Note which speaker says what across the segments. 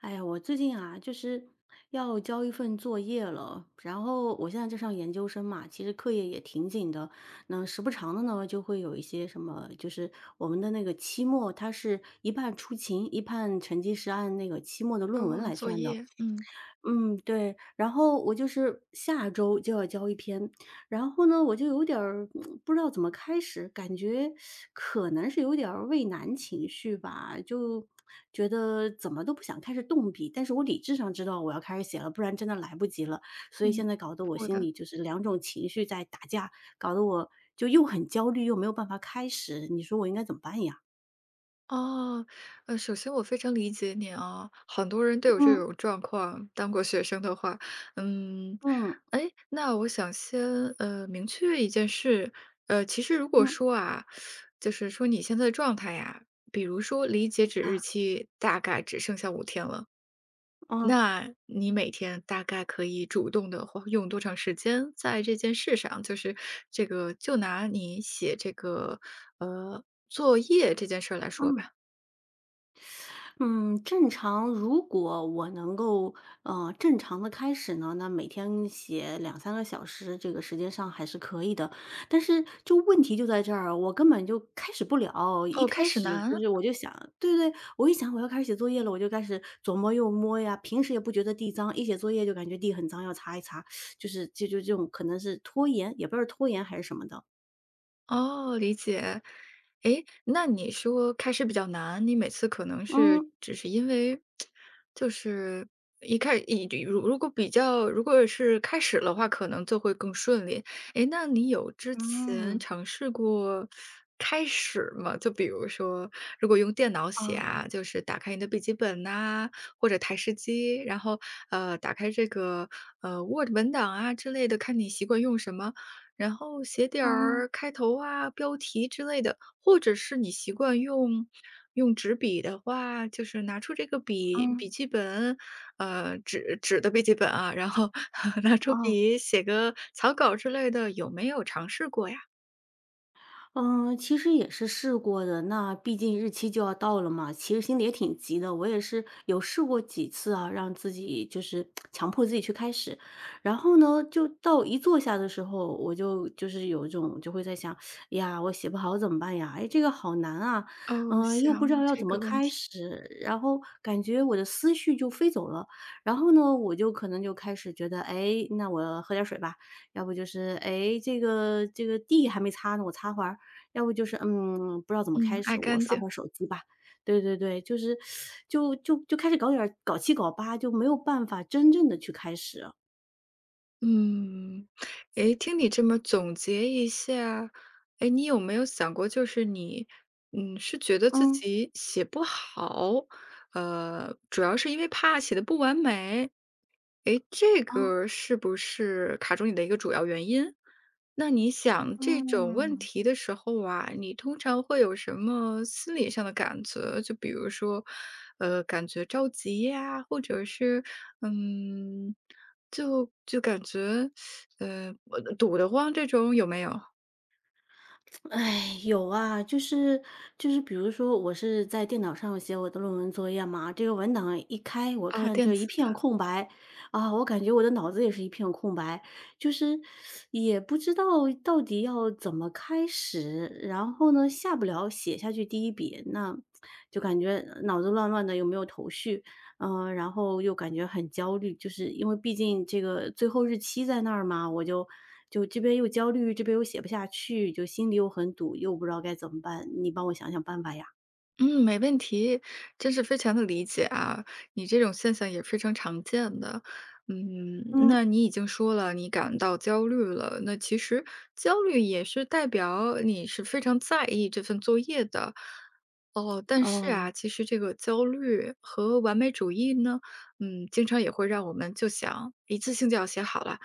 Speaker 1: 哎呀，我最近啊，就是要交一份作业了，然后我现在在上研究生嘛，其实课业也挺紧的。那时不常的呢，就会有一些什么，就是我们的那个期末，它是一半出勤，一半成绩是按那个期末的论文
Speaker 2: 哦，
Speaker 1: 来
Speaker 2: 作
Speaker 1: 算的。
Speaker 2: 业，嗯
Speaker 1: 嗯，对，然后我就是下周就要交一篇，然后呢，我就有点儿不知道怎么开始，感觉可能是有点儿畏难情绪吧，就觉得怎么都不想开始动笔，但是我理智上知道我要开始写了，不然真的来不及了，所以
Speaker 2: 嗯。
Speaker 1: 现在搞得我
Speaker 2: 我
Speaker 1: 心
Speaker 2: 的。
Speaker 1: 里就是两种情绪在打架，搞得我就又很焦虑，又没有办法开始，你说我应该怎么办呀？
Speaker 2: 哦，首先我非常理解你啊，很多人都有这
Speaker 1: 嗯，
Speaker 2: 种状况，当过学生的话。嗯。
Speaker 1: 嗯，
Speaker 2: 哎，那我想先明确一件事，其实如果
Speaker 1: 嗯，
Speaker 2: 说啊，就是说你现在的状态呀，比如说离截止日
Speaker 1: 啊，
Speaker 2: 期大概只剩下5天了，
Speaker 1: 嗯，
Speaker 2: 那你每天大概可以主动的花用多长时间在这件事上？就是这个就拿你写这个，作业这件事儿来说
Speaker 1: 嗯。
Speaker 2: 吧。
Speaker 1: 嗯，正常如果我能够，正常的开始呢，那每天写两三个小时，这个时间上还是可以的。但是就问题就在这儿，我根本就开始不了。一
Speaker 2: 哦，开
Speaker 1: 开
Speaker 2: 始
Speaker 1: 始
Speaker 2: 难
Speaker 1: 就
Speaker 2: 啊。
Speaker 1: 是我就想，对，对，我一想我要开始写作业了，我就开始左摸右摸呀，平时也不觉得地脏，一写作业就感觉地很脏，要擦一擦，就是就这种可能是拖延，也不知道是拖延还是什么的。
Speaker 2: 哦，理解。诶，那你说开始比较难，你每次可能是
Speaker 1: 嗯，
Speaker 2: 只是因为就是一开一如如果比较如果是开始的话，可能就会更顺利。诶，那你有之前
Speaker 1: 嗯，
Speaker 2: 尝试过开始吗？就比如说，如果用电脑写
Speaker 1: 啊，
Speaker 2: 啊，就是打开你的笔记本呐，或者台式机，然后，打开这个，Word 文档啊之类的，看你习惯用什么。然后写点
Speaker 1: 嗯，
Speaker 2: 儿开头啊、标题之类的，或者是你习惯用纸笔的话，就是拿出这个笔
Speaker 1: 嗯，
Speaker 2: 记本，纸的笔记本啊，然后 拿出
Speaker 1: 哦。
Speaker 2: 笔写个草稿之类的，有没有尝试过呀？
Speaker 1: 嗯，其实也是试过的，那毕竟日期就要到了嘛，其实心里也挺急的。我也是有试过几次啊，让自己就是强迫自己去开始，然后呢，就到一坐下的时候，我就是有一种就会在想，哎呀，我写不好怎么办呀？哎，这个好难啊，
Speaker 2: 哦，
Speaker 1: 又不知道
Speaker 2: 行，
Speaker 1: 要
Speaker 2: 这
Speaker 1: 怎么
Speaker 2: 个问
Speaker 1: 开
Speaker 2: 题。
Speaker 1: 始，然后感觉我的思绪就飞走了，然后呢，我就可能就开始觉得，哎，那我喝点水吧，要不就是，哎，这个地还没擦呢，我擦会儿。要不就是，不知道怎么
Speaker 2: 嗯，
Speaker 1: 开始，
Speaker 2: 爱
Speaker 1: 我
Speaker 2: 干
Speaker 1: 刷
Speaker 2: 净。
Speaker 1: 会儿手机吧。对，对，对，就是，就开始搞点儿搞七搞八，就没有办法真正的去开始，
Speaker 2: 嗯，诶，听你这么总结一下，诶，你有没有想过，就是你，嗯，是觉得自
Speaker 1: 嗯，
Speaker 2: 己写不好，主要是因为怕写的不完美，诶，这
Speaker 1: 嗯，
Speaker 2: 个是不是卡住你的一个主要原因？那你想这种问
Speaker 1: 嗯。
Speaker 2: 题的时候啊，你通常会有什么心理上的感觉？就比如说，感觉着急呀，或者是，嗯，就感觉，我堵得慌这种有没有？
Speaker 1: 哎，有啊，就是比如说，我是在电脑上写我的论文作业嘛，这个文档一开，我
Speaker 2: 啊，
Speaker 1: 看
Speaker 2: 电
Speaker 1: 就
Speaker 2: 子。
Speaker 1: 一片空白，啊，我感觉我的脑子也是一片空白，就是也不知道到底要怎么开始，然后呢，下不了写下去第一笔，那就感觉脑子乱乱的，又没有头绪，嗯，然后又感觉很焦虑，就是因为毕竟这个最后日期在那儿嘛，我就这边又焦虑，这边又写不下去，就心里又很堵，又不知道该怎么办，你帮我想想办法呀。
Speaker 2: 嗯，没问题，真是非常的理解啊，你这种现象也非常常见的。嗯，
Speaker 1: 嗯，
Speaker 2: 那你已经说了，你感到焦虑了，那其实焦虑也是代表你是非常在意这份作业的。哦，但是
Speaker 1: 哦，
Speaker 2: 啊，其实这个焦虑和完美主义呢，嗯，经常也会让我们就想一次性就要写好了，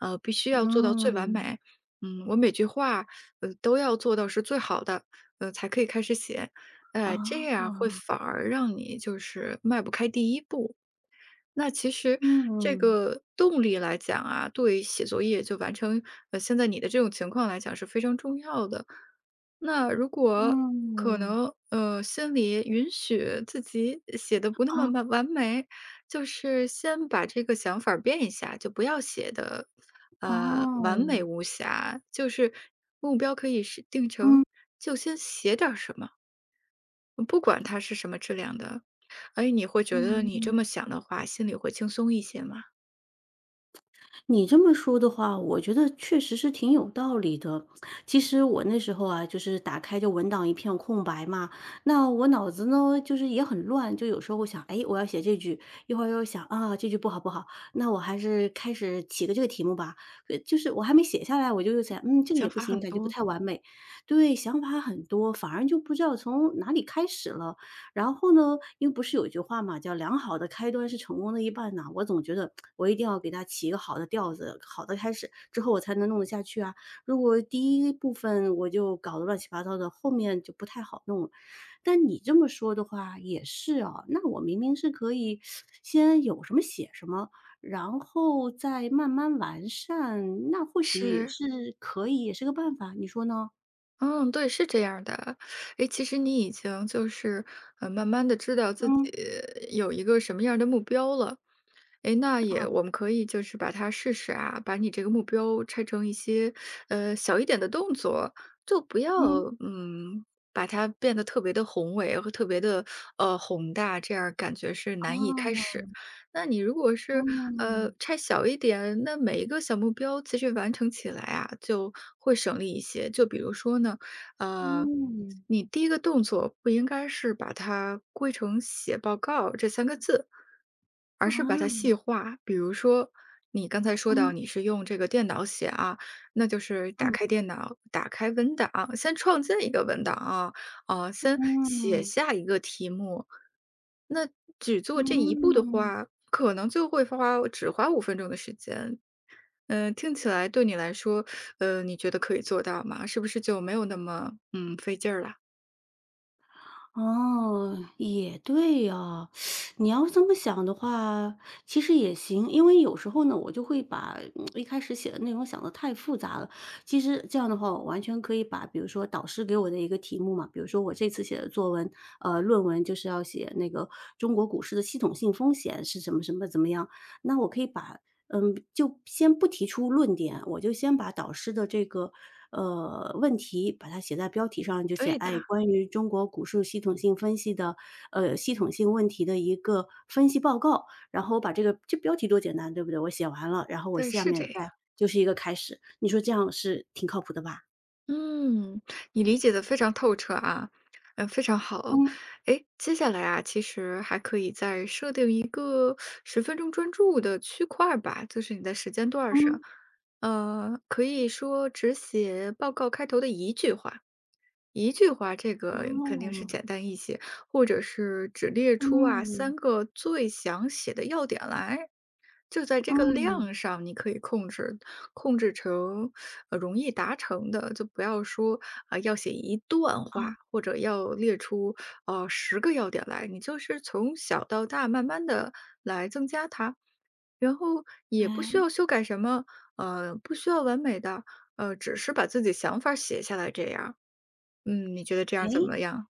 Speaker 2: 必须要做到最完
Speaker 1: 嗯，
Speaker 2: 美，嗯，我每句话，都要做到是最好的，才可以开始写。哎，这
Speaker 1: 啊，
Speaker 2: 样会反而让你就是迈不开第一步。那其实这
Speaker 1: 嗯，
Speaker 2: 个动力来讲啊，对于写作业就完成，现在你的这种情况来讲是非常重要的。那如果可
Speaker 1: 嗯，
Speaker 2: 能，心里允许自己写的不那么
Speaker 1: 啊，
Speaker 2: 完完美，就是先把这个想法儿变一下，就不要写的，完
Speaker 1: 哦，
Speaker 2: 美无瑕，就是目标可以是定成，
Speaker 1: 嗯，
Speaker 2: 就先写点儿什么。不管它是什么质量的。哎，你会觉得你
Speaker 1: 嗯。
Speaker 2: 这么想的话，心里会轻松一些吗？
Speaker 1: 你这么说的话，我觉得确实是挺有道理的。其实我那时候啊，就是打开就文档一片空白嘛，那我脑子呢，就是也很乱，就有时候我想，哎，我要写这句，一会儿又想啊，这句不好不好，那我还是开始起个这个题目吧。就是我还没写下来，我就又想，这个也
Speaker 2: 想
Speaker 1: 不
Speaker 2: 法
Speaker 1: 行，
Speaker 2: 很
Speaker 1: 感觉不
Speaker 2: 多。
Speaker 1: 太完美。对，想法很多，反而就不知道从哪里开始了。然后呢，因为不是有一句话嘛，叫"良好的开端是成功的一半"呐，我总觉得我一定要给它起一个好的调子，好的开始，之后我才能弄得下去啊。如果第一部分我就搞得乱七八糟的，后面就不太好弄了。但你这么说的话也是啊，那我明明是可以先有什么写什么，然后再慢慢完善，那或许也
Speaker 2: 是，
Speaker 1: 是可以，也是个办法，你说呢？
Speaker 2: 嗯，对，是这样儿的。诶，其实你已经就是，慢慢的知道自己
Speaker 1: 嗯，
Speaker 2: 有一个什么样儿的目标了。诶，那也我们可以就是把它试试啊，把你这个目标拆成一些，小一点的动作，就不要，
Speaker 1: 嗯，
Speaker 2: 嗯，把它变得特别的宏伟和特别的宏大，这样感觉是难以开
Speaker 1: 啊，
Speaker 2: 始。那你如果是，
Speaker 1: 嗯，
Speaker 2: 拆小一点，那每一个小目标其实完成起来啊，就会省力一些。就比如说呢，呃，
Speaker 1: 嗯。
Speaker 2: 你第一个动作不应该是把它归成“写报告”这三个字，
Speaker 1: 啊，
Speaker 2: 而是把它细化。比如说，你刚才说到
Speaker 1: 嗯，
Speaker 2: 你是用这个电脑写啊，那就是打
Speaker 1: 嗯，
Speaker 2: 开电脑，打开文档，先创建一个文档啊，啊，先写
Speaker 1: 嗯，
Speaker 2: 下一个题目。那只做这一步的
Speaker 1: 嗯，
Speaker 2: 话，可能就会只花五分钟的时间。嗯，听起来对你来说，你觉得可以做到吗？是不是就没有那么，嗯，费劲儿了？
Speaker 1: 哦，也对啊。你要这么想的话，其实也行。因为有时候呢，我就会把一开始写的内容想得太复杂了。其实这样的话，我完全可以把比如说导师给我的一个题目嘛，比如说我这次写的作文，论文就是要写那个中国股市的系统性风险是什么什么怎么样，那我可以把就先不提出论点，我就先把导师的这个，问题把它写在标题上，就写，
Speaker 2: 对的，
Speaker 1: 哎，关于中国股市系统性分析的，系统性问题的一个分析报告。然后我把这标题多简单，对不对？我写完了，然后我
Speaker 2: 对，
Speaker 1: 下
Speaker 2: 是这
Speaker 1: 面
Speaker 2: 样。
Speaker 1: 再就是一个开始，你说这样是挺靠谱的吧？
Speaker 2: 嗯，你理解的非常透彻啊，非常好。
Speaker 1: 嗯，
Speaker 2: 诶，接下来啊，其实还可以再设定一个十分钟专注的区块儿吧，就是你在时间段儿上，
Speaker 1: 嗯，
Speaker 2: 可以说只写报告开头的一句话。一句话，这个肯定是
Speaker 1: 哦，
Speaker 2: 简单一些，或者是只列出啊
Speaker 1: 嗯，
Speaker 2: 三个最想写的要点来，就在这个
Speaker 1: 嗯，
Speaker 2: 量上，你可以控制，控制成容易达成的，就不要说啊、要写一段
Speaker 1: 啊，
Speaker 2: 话，或者要列出10个要点来，你就是从小到大慢慢的来，然后也不需
Speaker 1: 哎，
Speaker 2: 要修改什么，不需要完美的，只是把自己想法儿写下来这样。嗯，你觉得这样怎
Speaker 1: 哎。
Speaker 2: 么样？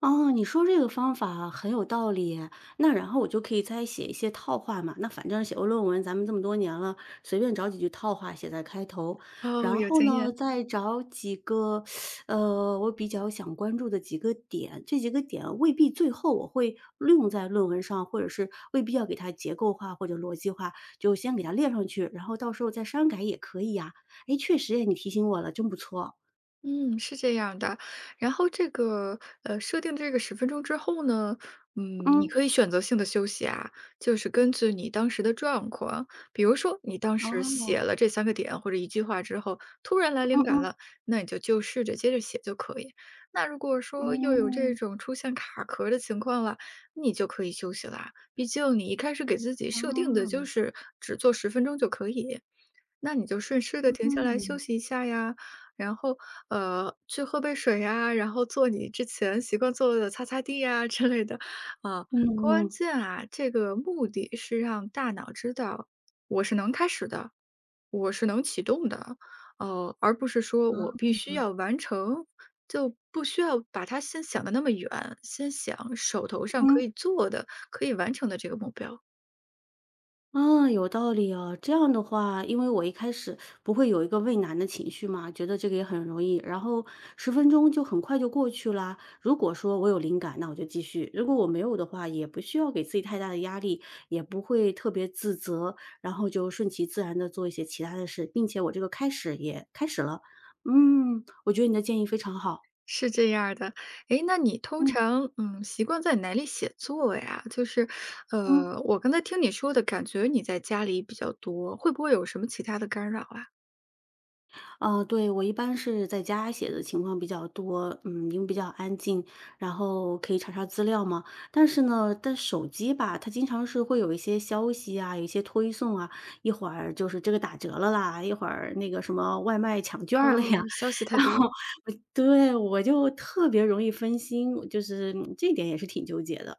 Speaker 1: 哦，你说这个方法很有道理，那然后我就可以再写一些套话嘛，那反正写过论文，咱们这么多年了，随便找几句套话写在开头，
Speaker 2: 哦，
Speaker 1: 然
Speaker 2: 有
Speaker 1: 后
Speaker 2: 经
Speaker 1: 呢，
Speaker 2: 验。
Speaker 1: 再找几个，我比较想关注的几个点，这几个点未必最后我会用在论文上，或者是未必要给它结构化或者逻辑化，就先给它列上去，然后到时候再删改也可以呀。诶，确实诶，你提醒我了，真不错。
Speaker 2: 嗯，是这样的。然后这个，设定这个十分钟之后呢，嗯，你
Speaker 1: 嗯，
Speaker 2: 可以选择性的休息啊，就是根据你当时的状况。比如说你当时写
Speaker 1: 哦，
Speaker 2: 了这3个点或者一句话之后，突然来
Speaker 1: 嗯，
Speaker 2: 灵感
Speaker 1: 嗯，
Speaker 2: 了，那你就试着接着写就可以。那如果说又有这
Speaker 1: 嗯。
Speaker 2: 种出现卡壳的情况了，你就可以休息啦，毕竟你一开始给自己设定的就
Speaker 1: 哦，
Speaker 2: 是只做十分钟就可以，那你就顺势的停下来休
Speaker 1: 嗯，
Speaker 2: 息一下呀。然后，去喝杯水呀，然后做你之前习惯做的擦擦地呀之类的。啊，
Speaker 1: 嗯，
Speaker 2: 关
Speaker 1: 嗯。
Speaker 2: 键啊，这个目的是让大脑知道我是能开始的，我是能启动的，而不是说我
Speaker 1: 啊。
Speaker 2: 必须要完成，就不需要把它先想的那么远，先想手头上可
Speaker 1: 嗯，
Speaker 2: 以做的、可以完成的这个目标。
Speaker 1: 啊，有道理哦。这样的话，因为我一开始不会有一个畏难的情绪嘛，觉得这个也很容易，然后10分钟就很快就过去啦。如果说我有灵感，那我就继续；如果我没有的话，也不需要给自己太大的压力，也不会特别自责，然后就顺其自然的做一些其他的事，并且我这个开始也开始了。嗯，我觉得你的建议非常好，
Speaker 2: 是这样儿的，诶，那你通
Speaker 1: 嗯，
Speaker 2: 常，嗯，习惯在哪里写作呀？就是，
Speaker 1: 嗯。
Speaker 2: 我刚才听你说的感觉你在家里比较多，会不会有什么其他的干扰啊？
Speaker 1: 啊，对，我一般是在家写的情况比较多，嗯，因为比较安静，然后可以查查资料嘛。但是呢，但手机吧，它经常是会有一些消息啊，有一些推送啊，一会儿就是这个打折了啦，一会儿那个什么外卖抢券儿了呀，
Speaker 2: 哦，消息 太
Speaker 1: 然后
Speaker 2: 多。
Speaker 1: 我对，我就特别容易分心，我就是这一点也是挺纠结的。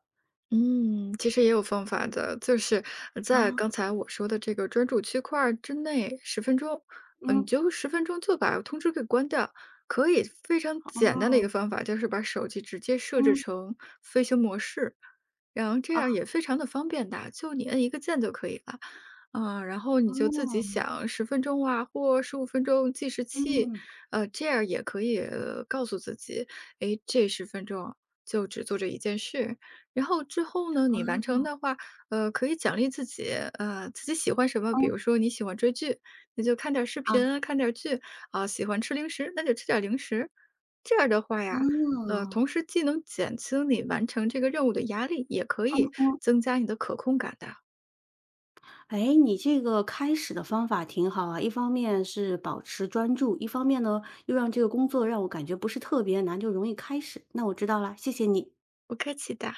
Speaker 2: 嗯，其实也有方法的，就是在
Speaker 1: 啊，
Speaker 2: 刚才我说的这个专注区块儿之内十分钟，嗯，你
Speaker 1: 嗯，
Speaker 2: 就十分钟就把通知给关掉。可以非常简单的一
Speaker 1: 哦，
Speaker 2: 个方法，就是把手机直接设置
Speaker 1: 嗯，
Speaker 2: 成飞行模式，然后这
Speaker 1: 啊，
Speaker 2: 样也非常的方便的，就你摁一个键就可以了。嗯，然后你就自己
Speaker 1: 哦，
Speaker 2: 想十分钟啊，或15分钟计时器，
Speaker 1: 嗯，
Speaker 2: 这样也可以告诉自己，诶，这十分钟就只做这一件事，然后之后呢，
Speaker 1: 啊，
Speaker 2: 你完成的话，可以奖励自己，自己喜欢什么，比
Speaker 1: 嗯，
Speaker 2: 如说你喜欢追剧，那就看点儿视
Speaker 1: 啊，
Speaker 2: 频啊，看点儿剧，啊，喜欢吃零食，那就吃点儿零食。这样的话呀，
Speaker 1: 嗯，
Speaker 2: 同时既能减轻你完成这个任务的压力，也可
Speaker 1: 嗯，
Speaker 2: 以
Speaker 1: 嗯。
Speaker 2: 增加你的可控感的。
Speaker 1: 哎，你这个开始的方法挺好啊，一方面是保持专注，一方面呢，又让这个工作让我感觉不是特别难，就容易开始。那我知道啦，谢谢你。
Speaker 2: 不客气的。